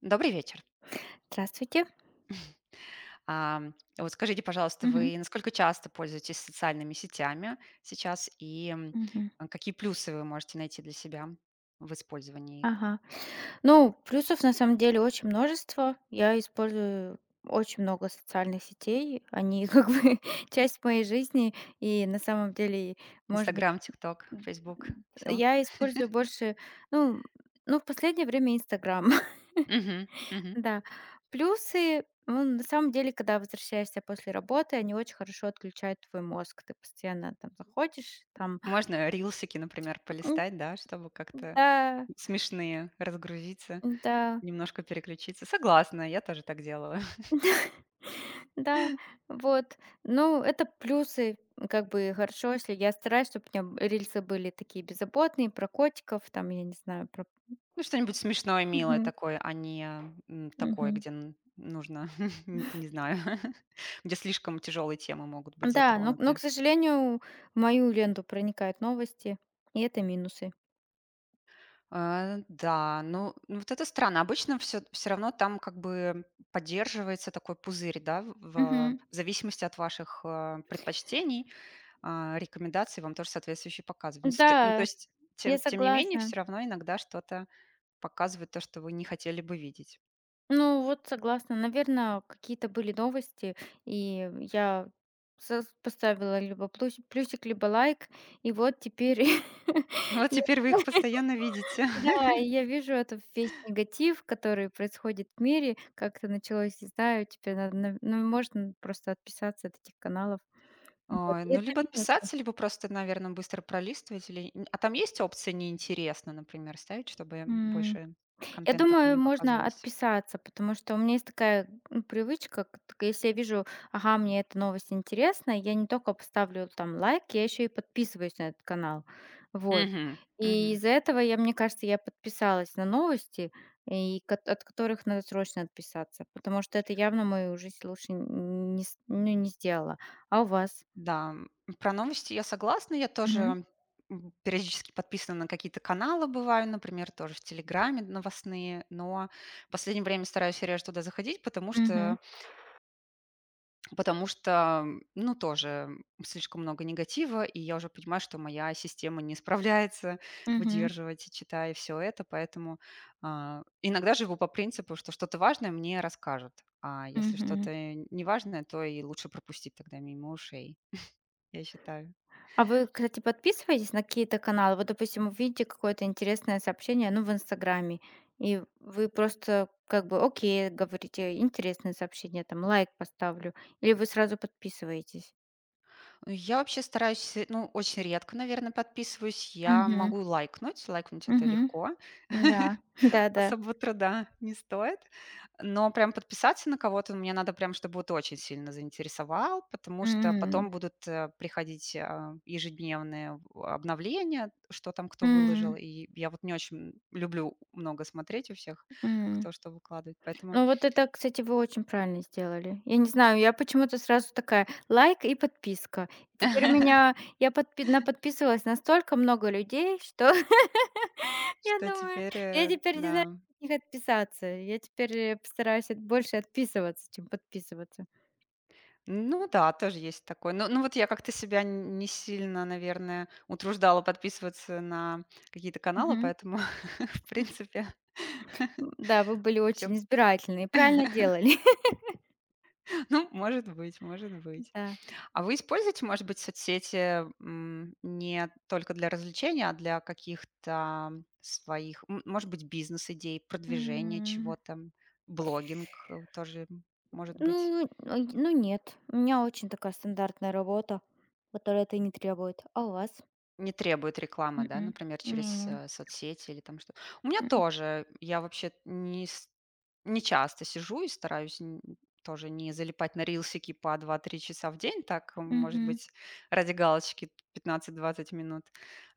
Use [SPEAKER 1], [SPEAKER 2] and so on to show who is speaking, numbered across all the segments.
[SPEAKER 1] Добрый вечер.
[SPEAKER 2] Здравствуйте.
[SPEAKER 1] Вот скажите, пожалуйста,
[SPEAKER 2] Мгм.
[SPEAKER 1] вы насколько часто пользуетесь социальными сетями сейчас и, м,
[SPEAKER 2] Мгм.
[SPEAKER 1] а, какие плюсы вы можете найти для себя в использовании их?
[SPEAKER 2] Ага. Ну, плюсов на самом деле очень множество. Я использую очень много социальных сетей. Они как бы часть моей жизни. И на самом деле, может быть,
[SPEAKER 1] Инстаграм, "Тикток",
[SPEAKER 2] м,
[SPEAKER 1] "Фейсбук", все?
[SPEAKER 2] я использую больше, ну, ну, в последнее время Инстаграм. Да. Плюсы, ну, на самом деле, когда возвращаешься после работы, они очень хорошо отключают твой мозг. Ты постоянно там заходишь, там,
[SPEAKER 1] Можно рилсики, например,
[SPEAKER 2] м,
[SPEAKER 1] полистать, да, чтобы как-то
[SPEAKER 2] да,
[SPEAKER 1] смешные разгрузиться,
[SPEAKER 2] да,
[SPEAKER 1] немножко переключиться. Согласна, я тоже так делала.
[SPEAKER 2] Да, вот. Ну, это плюсы, как бы хорошо, если я стараюсь, чтобы у меня рельсы были такие беззаботные, про котиков, там, я не знаю, про...
[SPEAKER 1] Ну, что-нибудь смешное, милое
[SPEAKER 2] Мгм,
[SPEAKER 1] такое, а не, такое,
[SPEAKER 2] мгм.
[SPEAKER 1] где н нужно, н не знаю, где слишком тяжелые темы могут быть
[SPEAKER 2] Да, но,
[SPEAKER 1] затронуты.
[SPEAKER 2] к сожалению, в мою ленту проникают новости, и это минусы.
[SPEAKER 1] А, да, ну, вот это странно. Обычно все, все равно там как бы поддерживается такой пузырь, да, в
[SPEAKER 2] Мгм.
[SPEAKER 1] зависимости от ваших, предпочтений, рекомендаций вам тоже соответствующие показывают. Ну, с ну, то
[SPEAKER 2] Да,
[SPEAKER 1] есть,
[SPEAKER 2] я
[SPEAKER 1] тем не менее,
[SPEAKER 2] согласна.
[SPEAKER 1] все равно иногда что-то показывает, то, что вы не хотели бы видеть.
[SPEAKER 2] Ну, вот согласна. Наверное, какие-то были новости, и я поставила либо плюсик, либо лайк, и вот теперь
[SPEAKER 1] И вот
[SPEAKER 2] я.
[SPEAKER 1] теперь вы их постоянно видите.
[SPEAKER 2] Да, и я вижу это весь негатив, который происходит в мире. Как-то началось, не знаю, теперь надо, нав ну, можно просто отписаться от этих каналов. Вот,
[SPEAKER 1] Ой,
[SPEAKER 2] и
[SPEAKER 1] ну,
[SPEAKER 2] это
[SPEAKER 1] либо
[SPEAKER 2] минус.
[SPEAKER 1] отписаться, либо просто, наверное, быстро пролистывать или н А там есть опция "неинтересно", например, ставить, чтобы больше
[SPEAKER 2] Я
[SPEAKER 1] контент такой
[SPEAKER 2] думаю,
[SPEAKER 1] не
[SPEAKER 2] можно
[SPEAKER 1] показывался?
[SPEAKER 2] отписаться, потому что у меня есть такая привычка, если я вижу, ага, мне эта новость интересна, я не только поставлю там лайк, я еще и подписываюсь на этот канал. Вот.
[SPEAKER 1] Мгм, мгм.
[SPEAKER 2] И из-за этого, мне кажется, я подписалась на новости, и, от которых надо срочно отписаться, потому что это явно мою жизнь лучше не, ну, не сделала. А у вас?
[SPEAKER 1] Да, про новости я согласна. Я
[SPEAKER 2] Мгм.
[SPEAKER 1] тоже, периодически подписана на какие-то каналы бываю, например, тоже в "Телеграме" новостные, но в последнее время стараюсь реже туда заходить, потому
[SPEAKER 2] Мгм.
[SPEAKER 1] что Потому что, ну, тоже слишком много негатива, и я уже понимаю, что моя система не справляется
[SPEAKER 2] Мгм.
[SPEAKER 1] выдерживать, читая все это, поэтому иногда живу по принципу, что что-то важное мне расскажут, а если
[SPEAKER 2] Мгм.
[SPEAKER 1] что-то неважное, то и лучше пропустить тогда мимо ушей, я считаю.
[SPEAKER 2] А вы, кстати, подписываетесь на какие-то каналы? Вот, допустим, увидите какое-то интересное сообщение, ну, в Инстаграме, и вы просто как бы окей, говорите, интересное сообщение, там лайк поставлю, или вы сразу подписываетесь?
[SPEAKER 1] Я вообще стараюсь, ну, очень редко, наверное, подписываюсь. Я
[SPEAKER 2] Угу,
[SPEAKER 1] могу лайкнуть, лайкнуть это
[SPEAKER 2] угу,
[SPEAKER 1] легко.
[SPEAKER 2] Да. Да-да.
[SPEAKER 1] Особого труда не стоит, но прям подписаться на кого-то мне надо прям, чтобы вот очень сильно заинтересовал, потому что
[SPEAKER 2] М.
[SPEAKER 1] потом будут, приходить, ежедневные в обновления, что там кто выложил.
[SPEAKER 2] М.
[SPEAKER 1] И я вот не очень люблю много смотреть у всех,
[SPEAKER 2] М.
[SPEAKER 1] кто что выкладывает, поэтому
[SPEAKER 2] Ну вот это, кстати, вы очень правильно сделали. Я не знаю, я почему-то сразу такая: лайк и подписка. Теперь у меня я подпи наподписывалась на столько много людей, что я
[SPEAKER 1] что
[SPEAKER 2] думаю,
[SPEAKER 1] теперь,
[SPEAKER 2] я теперь не знаю,
[SPEAKER 1] да.
[SPEAKER 2] как от них отписаться. Я теперь, постараюсь от больше отписываться, чем подписываться.
[SPEAKER 1] Ну да, тоже есть такое. Ну вот я как-то себя н не сильно, наверное, утруждала подписываться на какие-то каналы,
[SPEAKER 2] Мгм.
[SPEAKER 1] поэтому в принципе
[SPEAKER 2] М, да, вы были
[SPEAKER 1] все.
[SPEAKER 2] очень избирательны и правильно делали.
[SPEAKER 1] Ну, может быть, может быть.
[SPEAKER 2] Да.
[SPEAKER 1] А вы используете, может быть, соцсети, не только для развлечения, а для каких-то своих, может быть, бизнес-идей, продвижения
[SPEAKER 2] М,
[SPEAKER 1] чего-то, блогинг, тоже, может быть?
[SPEAKER 2] ну нет, у меня очень такая стандартная работа, которая это не требует. А у вас?
[SPEAKER 1] Не требует рекламы, да,
[SPEAKER 2] М-м.
[SPEAKER 1] например, через,
[SPEAKER 2] Не-не.
[SPEAKER 1] соцсети или там что. У меня
[SPEAKER 2] М.
[SPEAKER 1] тоже. Я вообще не часто сижу и стараюсь н тоже не залипать на рилсики по два-три часа в день. Так, может
[SPEAKER 2] Мгм.
[SPEAKER 1] быть, ради галочки 15-20 минут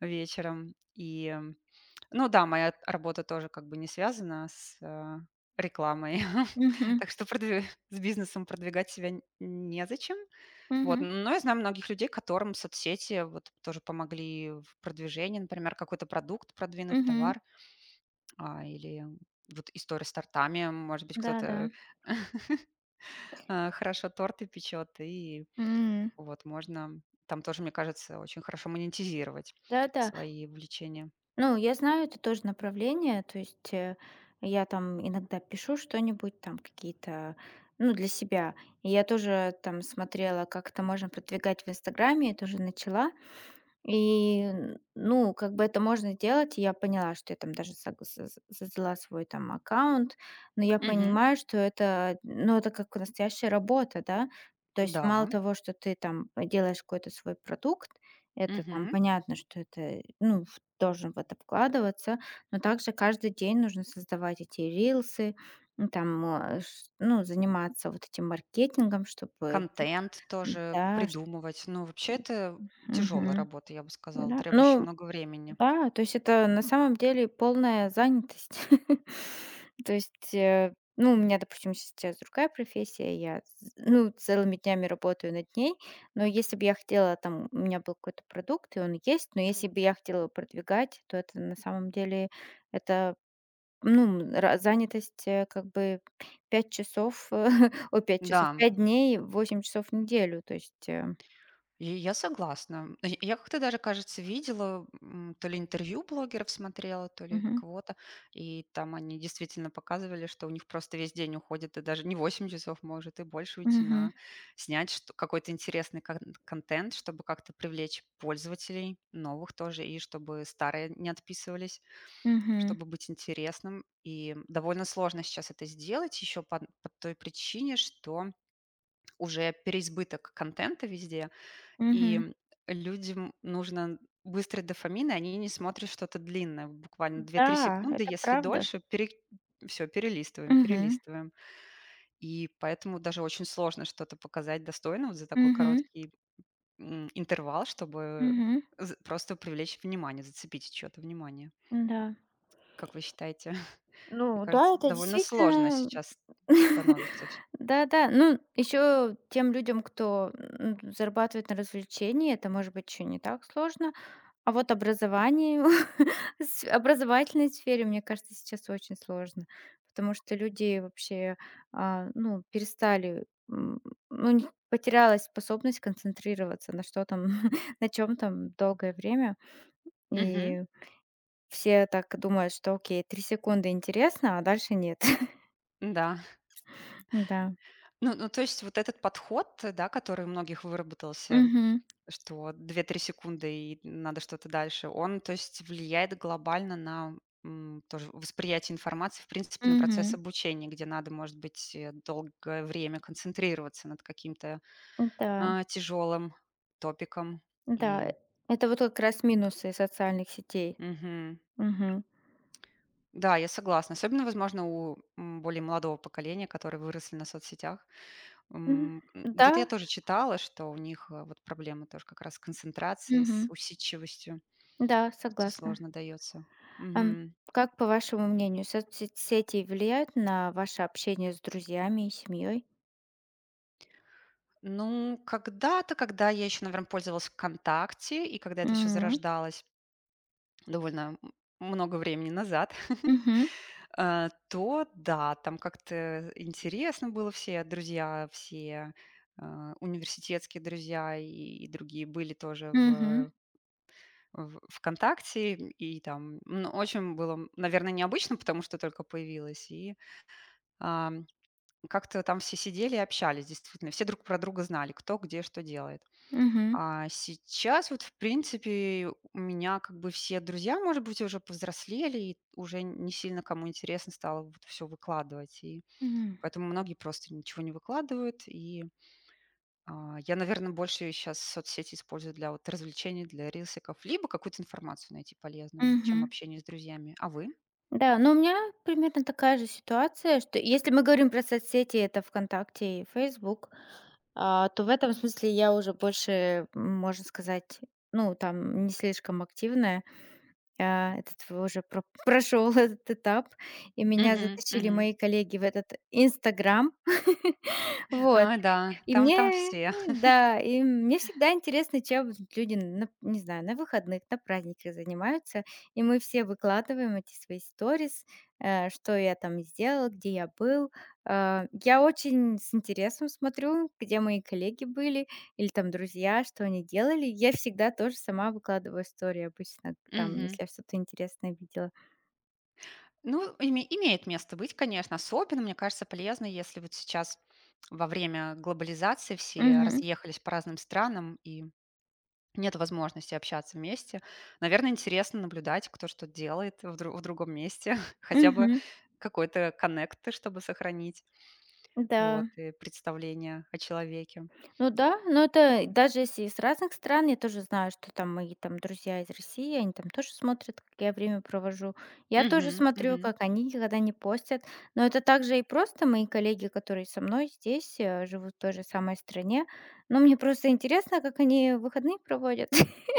[SPEAKER 1] вечером. И, ну да, моя работа тоже как бы не связана с, рекламой.
[SPEAKER 2] Мгм.
[SPEAKER 1] Так что продвиг с бизнесом продвигать себя н незачем. Вот,
[SPEAKER 2] Мгм.
[SPEAKER 1] но я знаю многих людей, которым соцсети вот тоже помогли в продвижении, например, какой-то продукт продвинуть,
[SPEAKER 2] Мгм.
[SPEAKER 1] товар, или вот история с тортами. Может быть,
[SPEAKER 2] Да-да.
[SPEAKER 1] кто-то хорошо торты печет, и
[SPEAKER 2] М.
[SPEAKER 1] вот можно там тоже, мне кажется, очень хорошо монетизировать
[SPEAKER 2] Да-да.
[SPEAKER 1] свои увлечения.
[SPEAKER 2] Ну, я знаю это тоже направление. То есть, я там иногда пишу что-нибудь, там какие-то, ну, для себя. И я тоже там смотрела, как это можно продвигать в «Инстаграме», я тоже начала. И, н ну, как бы это можно делать. И я поняла, что я там даже сог со со создала свой там аккаунт, но я
[SPEAKER 1] Мгм.
[SPEAKER 2] понимаю, что это, ну, это как настоящая работа, да. То есть
[SPEAKER 1] Да.
[SPEAKER 2] мало того, что ты там делаешь какой-то свой продукт, это там
[SPEAKER 1] Мгм.
[SPEAKER 2] понятно, что это, ну, в должен в это вкладываться, но также каждый день нужно создавать эти рилсы, ну, там, э, ш ну, заниматься вот этим маркетингом, чтобы пу
[SPEAKER 1] Контент тоже
[SPEAKER 2] да, ш
[SPEAKER 1] придумывать. Ну, вообще это тяжелая
[SPEAKER 2] мгм,
[SPEAKER 1] работа, я бы сказала,
[SPEAKER 2] да.
[SPEAKER 1] требующая
[SPEAKER 2] Ну
[SPEAKER 1] много времени.
[SPEAKER 2] да, то есть это на самом деле полная занятость. То есть, ну, у меня, допустим, сейчас другая профессия, я, ну, целыми днями работаю над ней, но если бы я хотела, там, у меня был какой-то продукт, и он есть, но если бы я хотела его продвигать, то это на самом деле, это, ну, занятость как бы 5 часов, 5 часов,
[SPEAKER 1] Да.
[SPEAKER 2] 5 дней, 8 часов в неделю, то есть...
[SPEAKER 1] И я согласна. И я как-то даже, кажется, видела, то ли интервью блогеров смотрела, то ли
[SPEAKER 2] мгм.
[SPEAKER 1] кого-то, и там они действительно показывали, что у них просто весь день уходит, и даже не 8 часов может, и больше уйти
[SPEAKER 2] Мгм.
[SPEAKER 1] на какой-то интересный контент, чтобы как-то привлечь пользователей новых тоже, и чтобы старые не отписывались,
[SPEAKER 2] Мгм.
[SPEAKER 1] чтобы быть интересным. И довольно сложно сейчас это сделать еще по той причине, что уже переизбыток контента везде, и
[SPEAKER 2] Мгм.
[SPEAKER 1] людям нужно быстрый дофамин, и они не смотрят что-то длинное, буквально две-три
[SPEAKER 2] Да,
[SPEAKER 1] секунды,
[SPEAKER 2] это
[SPEAKER 1] если
[SPEAKER 2] правда.
[SPEAKER 1] дольше, пере... все, перелистываем,
[SPEAKER 2] Мгм.
[SPEAKER 1] перелистываем. И поэтому даже очень сложно что-то показать достойно вот за такой
[SPEAKER 2] Мгм.
[SPEAKER 1] короткий, интервал, чтобы
[SPEAKER 2] Мгм.
[SPEAKER 1] просто привлечь внимание, зацепить чье-то внимание.
[SPEAKER 2] да.
[SPEAKER 1] Как вы считаете? Мне
[SPEAKER 2] Ну
[SPEAKER 1] кажется,
[SPEAKER 2] да, это
[SPEAKER 1] довольно сложно
[SPEAKER 2] действительно.
[SPEAKER 1] сейчас становится. Всё.
[SPEAKER 2] Да-да. Ну, еще тем людям, кто, зарабатывает на развлечении, это может быть еще не так сложно. А вот образование с образовательной сфере, мне кажется, сейчас очень сложно, потому что люди вообще, ну, перестали, ну, у них потерялась способность концентрироваться на чем там долгое время.
[SPEAKER 1] Мгм.
[SPEAKER 2] И все так думают, что окей, 3 секунды интересно, а дальше нет.
[SPEAKER 1] Да.
[SPEAKER 2] Да.
[SPEAKER 1] Ну, то есть вот этот подход, да, который у многих выработался.
[SPEAKER 2] Мгм.
[SPEAKER 1] Что вот две-три секунды и надо что-то дальше. Он, то есть, влияет глобально на, тоже восприятие информации, в принципе, на процесс
[SPEAKER 2] Мгм.
[SPEAKER 1] обучения, где надо, может быть, долгое время концентрироваться над каким-то,
[SPEAKER 2] Да,
[SPEAKER 1] тяжелым топиком.
[SPEAKER 2] да,
[SPEAKER 1] И
[SPEAKER 2] это вот как раз минусы социальных сетей.
[SPEAKER 1] мгм.
[SPEAKER 2] Мгм.
[SPEAKER 1] Да, я согласна. Особенно, возможно, у, более молодого поколения, которые выросли на соцсетях.
[SPEAKER 2] Мгм. Да.
[SPEAKER 1] Где-то я тоже читала, что у них, вот проблемы тоже как раз с концентрацией, с
[SPEAKER 2] Мгм.
[SPEAKER 1] усидчивостью,
[SPEAKER 2] Да,
[SPEAKER 1] что
[SPEAKER 2] согласна.
[SPEAKER 1] сложно дается.
[SPEAKER 2] Ам, как, по вашему мнению, соцсети влияют на ваше общение с друзьями и семьей?
[SPEAKER 1] Ну, когда-то, когда я еще, наверное, пользовалась "ВКонтакте", и когда это все
[SPEAKER 2] М.
[SPEAKER 1] зарождалось довольно много времени назад,
[SPEAKER 2] Мгм.
[SPEAKER 1] то да, там как-то интересно было. Все друзья, все, университетские друзья и другие были тоже
[SPEAKER 2] Мгм.
[SPEAKER 1] в "ВКонтакте". И там, ну, очень было, наверное, необычно, потому что только появилось. И, ам, как-то там все сидели и общались действительно. Все друг про друга знали, кто где что делает.
[SPEAKER 2] Мгм.
[SPEAKER 1] А сейчас вот, в принципе, у меня как бы все друзья, может быть, уже повзрослели, и уже не сильно кому интересно стало вот всё выкладывать. И
[SPEAKER 2] М.
[SPEAKER 1] поэтому многие просто ничего не выкладывают. И, я, наверное, больше сейчас соцсети использую для вот развлечений, для рилсиков, либо какую-то информацию найти полезную, чем
[SPEAKER 2] Мгм.
[SPEAKER 1] общение с друзьями. А вы?
[SPEAKER 2] Да, но у меня примерно такая же ситуация, что если мы говорим про соцсети, это ВКонтакте и Facebook, то в этом смысле я уже больше, можно сказать, ну, там не слишком активная. Я прошел этот этап, и меня
[SPEAKER 1] Мгм,
[SPEAKER 2] заточили
[SPEAKER 1] мгм.
[SPEAKER 2] мои коллеги в этот Инстаграм. Вот.
[SPEAKER 1] А, да, там все.
[SPEAKER 2] Ну, да, и мне всегда интересно, чем вот люди, на, не знаю, на выходных, на праздниках занимаются. И мы все выкладываем эти свои сторис, что я там сделал, где я был. Я очень с интересом смотрю, где мои коллеги были или там друзья, что они делали. Я всегда тоже сама выкладываю истории обычно, там, если я что-то интересное видела.
[SPEAKER 1] Ну, имеет место быть, конечно. Особенно, мне кажется, полезно, если вот сейчас во время глобализации все
[SPEAKER 2] Мгм.
[SPEAKER 1] разъехались по разным странам и нет возможности общаться вместе. Наверное, интересно наблюдать, кто что делает в другом месте, хотя бы
[SPEAKER 2] Мгм.
[SPEAKER 1] какой-то коннект, чтобы сохранить вот,
[SPEAKER 2] Да.
[SPEAKER 1] и представление о человеке.
[SPEAKER 2] Ну да, но это даже если из разных стран, я тоже знаю, что там мои там друзья из России, они там тоже смотрят, как я время провожу. Я тоже
[SPEAKER 1] Мгм,
[SPEAKER 2] смотрю,
[SPEAKER 1] мгм.
[SPEAKER 2] как они никогда не постят. Но это также и просто мои коллеги, которые со мной здесь, живут в той же самой стране. Но мне просто интересно, как они выходные проводят.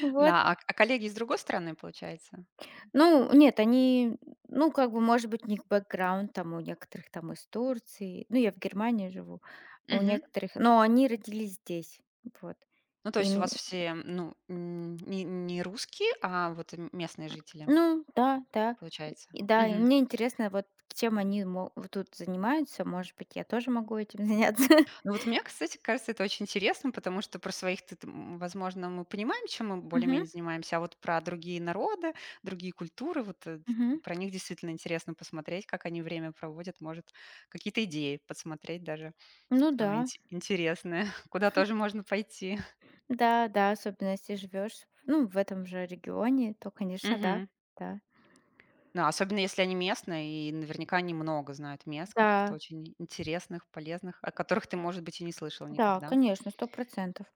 [SPEAKER 2] Вот.
[SPEAKER 1] Да, а коллеги из другой страны, получается?
[SPEAKER 2] Ну, нет, они, ну, как бы, может быть, у них бэкграунд там у некоторых там из Турции. Ну, я в Германии живу. У
[SPEAKER 1] Мгм.
[SPEAKER 2] некоторых, но они родились здесь. Вот.
[SPEAKER 1] Ну, то есть у
[SPEAKER 2] Им
[SPEAKER 1] вас все, ну, не русские, а вот и местные жители?
[SPEAKER 2] Ну да, да.
[SPEAKER 1] Получается.
[SPEAKER 2] И да, и
[SPEAKER 1] Мгм.
[SPEAKER 2] мне интересно, вот чем они мо вот тут занимаются. Может быть, я тоже могу этим заняться.
[SPEAKER 1] Ну вот мне, кстати, кажется, это очень интересно, потому что про своих, ты, возможно, мы понимаем, чем мы
[SPEAKER 2] Мгм,
[SPEAKER 1] более-менее занимаемся, а вот про другие народы, другие культуры,
[SPEAKER 2] мгм.
[SPEAKER 1] про них действительно интересно посмотреть, как они время проводят, может, какие-то идеи подсмотреть даже,
[SPEAKER 2] Ну да,
[SPEAKER 1] интересные, куда тоже можно пойти.
[SPEAKER 2] да-да, особенно если живешь, ну, в этом же регионе, то, конечно, да,
[SPEAKER 1] Мгм.
[SPEAKER 2] да.
[SPEAKER 1] Ну, особенно если они местные, и наверняка они много знают мест каких-то
[SPEAKER 2] Да,
[SPEAKER 1] очень интересных, полезных, о которых ты, может быть, и не слышал
[SPEAKER 2] да,
[SPEAKER 1] никогда.
[SPEAKER 2] конечно, 100%.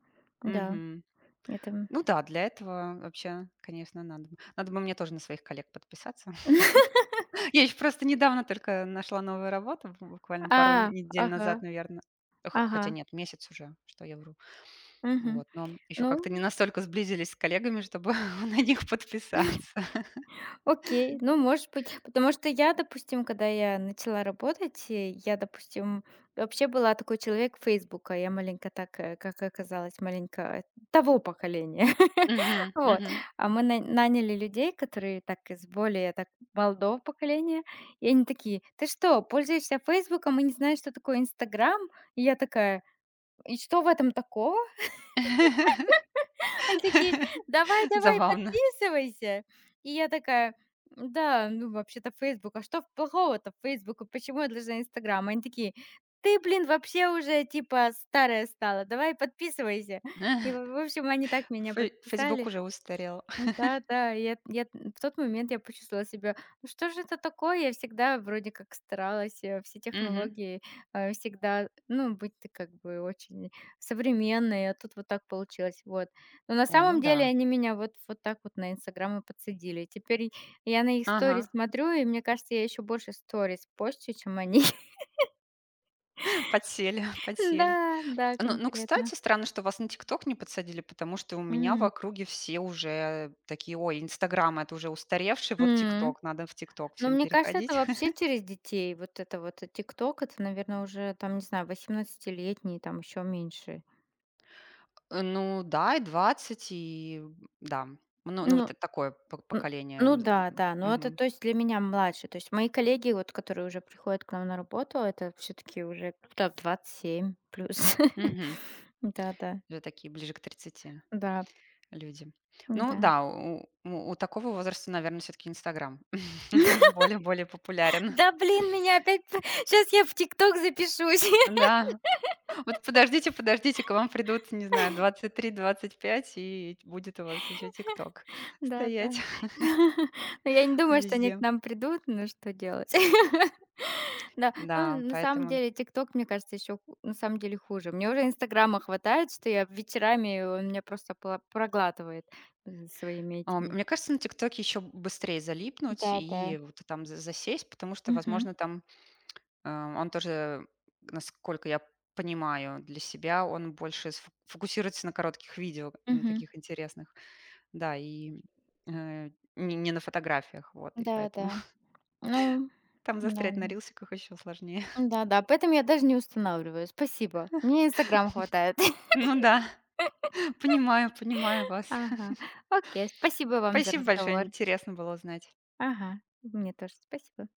[SPEAKER 2] Да,
[SPEAKER 1] Мгм.
[SPEAKER 2] это.
[SPEAKER 1] Ну да, для этого вообще, конечно, надо бы. Надо бы мне тоже на своих коллег подписаться. Я еще просто недавно только нашла новую работу, буквально пару
[SPEAKER 2] А,
[SPEAKER 1] недель
[SPEAKER 2] ага,
[SPEAKER 1] назад, наверное. Хотя
[SPEAKER 2] ага,
[SPEAKER 1] нет, месяц уже, что я вру.
[SPEAKER 2] мгм.
[SPEAKER 1] Вот, но еще как-то не
[SPEAKER 2] Ну
[SPEAKER 1] настолько сблизились с коллегами, чтобы на них подписаться.
[SPEAKER 2] Окей, ну, может быть. Потому что я, допустим, когда я начала работать, я, допустим, вообще была такой человек «Фейсбука». Я маленько так, как оказалось, маленько того поколения.
[SPEAKER 1] Мгм,
[SPEAKER 2] Вот.
[SPEAKER 1] мгм.
[SPEAKER 2] А мы на наняли людей, которые так из более так молодого поколения, и они такие: «Ты что, пользуешься «Фейсбуком» и не знаешь, что такое «Инстаграм»?» И я такая: «И что в этом такого?» Они такие: «Давай, давай,
[SPEAKER 1] Забавно.
[SPEAKER 2] подписывайся». И я такая: «Да, ну, вообще-то Facebook. А что в плохого-то в Facebook? И почему я должна Инстаграм?» Они такие: «Ты, блин, вообще уже типа старая стала. Давай подписывайся». И в в общем, они так меня
[SPEAKER 1] Фейсбук
[SPEAKER 2] подписали.
[SPEAKER 1] уже устарел.
[SPEAKER 2] М, да-да, я в тот момент я почувствовала себя: «Ну что же это такое?» Я всегда вроде как старалась, все
[SPEAKER 1] Мгм.
[SPEAKER 2] технологии, всегда, ну, быть ты как бы очень современной, а тут вот так получилось, вот. Но на
[SPEAKER 1] Ой, ну
[SPEAKER 2] самом
[SPEAKER 1] да.
[SPEAKER 2] деле они меня вот так вот на «Инстаграм» и подсадили. Теперь я на их
[SPEAKER 1] Ага.
[SPEAKER 2] сторис смотрю, и мне кажется, я еще больше сторис постю, чем они.
[SPEAKER 1] Подсели, подсели.
[SPEAKER 2] Да, да,
[SPEAKER 1] Ну,
[SPEAKER 2] конкретно.
[SPEAKER 1] кстати, странно, что вас на "ТикТок" не подсадили, потому что у меня в
[SPEAKER 2] М.
[SPEAKER 1] округе все уже такие: "Ой, "Инстаграм" — это уже устаревший, вот
[SPEAKER 2] М.
[SPEAKER 1] "ТикТок", надо в "ТикТок"
[SPEAKER 2] Но
[SPEAKER 1] всем
[SPEAKER 2] мне кажется, это
[SPEAKER 1] переходить".
[SPEAKER 2] вообще через детей. Вот это вот «Тикток», это, наверное, уже там, не знаю, 18 там еще меньше.
[SPEAKER 1] Ну да, и 20 да. Ну,
[SPEAKER 2] Ну,
[SPEAKER 1] вот это такое по
[SPEAKER 2] н ну
[SPEAKER 1] поколение.
[SPEAKER 2] да, да, но это,
[SPEAKER 1] Мгм.
[SPEAKER 2] то есть, для меня младше. То есть мои коллеги, вот которые уже приходят к нам на работу, это все-таки уже там 27 плюс.
[SPEAKER 1] Мгм.
[SPEAKER 2] Да-да,
[SPEAKER 1] Уже такие ближе к 30
[SPEAKER 2] да, да.
[SPEAKER 1] люди. Ну
[SPEAKER 2] Да.
[SPEAKER 1] да, у такого возраста, наверное, все таки "Инстаграм" более популярен.
[SPEAKER 2] Да, блин, меня опять. Сейчас я в «Тикток» запишусь.
[SPEAKER 1] Да. Вот подождите, подождите, к вам придут, не знаю, 23-25, и будет у вас еще "Тикток"
[SPEAKER 2] Да,
[SPEAKER 1] стоять
[SPEAKER 2] да. Но я не думаю, что они к
[SPEAKER 1] везде.
[SPEAKER 2] нам придут, но что делать? Да, ну,
[SPEAKER 1] Да,
[SPEAKER 2] на самом
[SPEAKER 1] поэтому,
[SPEAKER 2] деле «Тикток», мне кажется, еще на самом деле хуже. Мне уже «Инстаграма» хватает, что я вечерами, он меня просто пла проглатывает, своими этими.
[SPEAKER 1] мне кажется, на "Тиктоке" еще быстрее залипнуть
[SPEAKER 2] Да-да.
[SPEAKER 1] и вот там за засесть, потому что,
[SPEAKER 2] Мгм,
[SPEAKER 1] возможно, там, он тоже, насколько я понимаю для себя, он больше сф фокусируется на коротких видео, на
[SPEAKER 2] мгм.
[SPEAKER 1] таких интересных. Да, и, э, не на фотографиях, вот, и
[SPEAKER 2] Да-да.
[SPEAKER 1] поэтому
[SPEAKER 2] Ну,
[SPEAKER 1] там застрять
[SPEAKER 2] да-да.
[SPEAKER 1] на рилсиках еще сложнее.
[SPEAKER 2] Да-да, поэтому я даже не устанавливаю. Спасибо. Мне «Инстаграм» хватает.
[SPEAKER 1] Ну да. Понимаю, понимаю вас.
[SPEAKER 2] Ага. Окей, спасибо вам за
[SPEAKER 1] Спасибо большое,
[SPEAKER 2] разговор.
[SPEAKER 1] интересно было узнать.
[SPEAKER 2] Ага, мне тоже спасибо.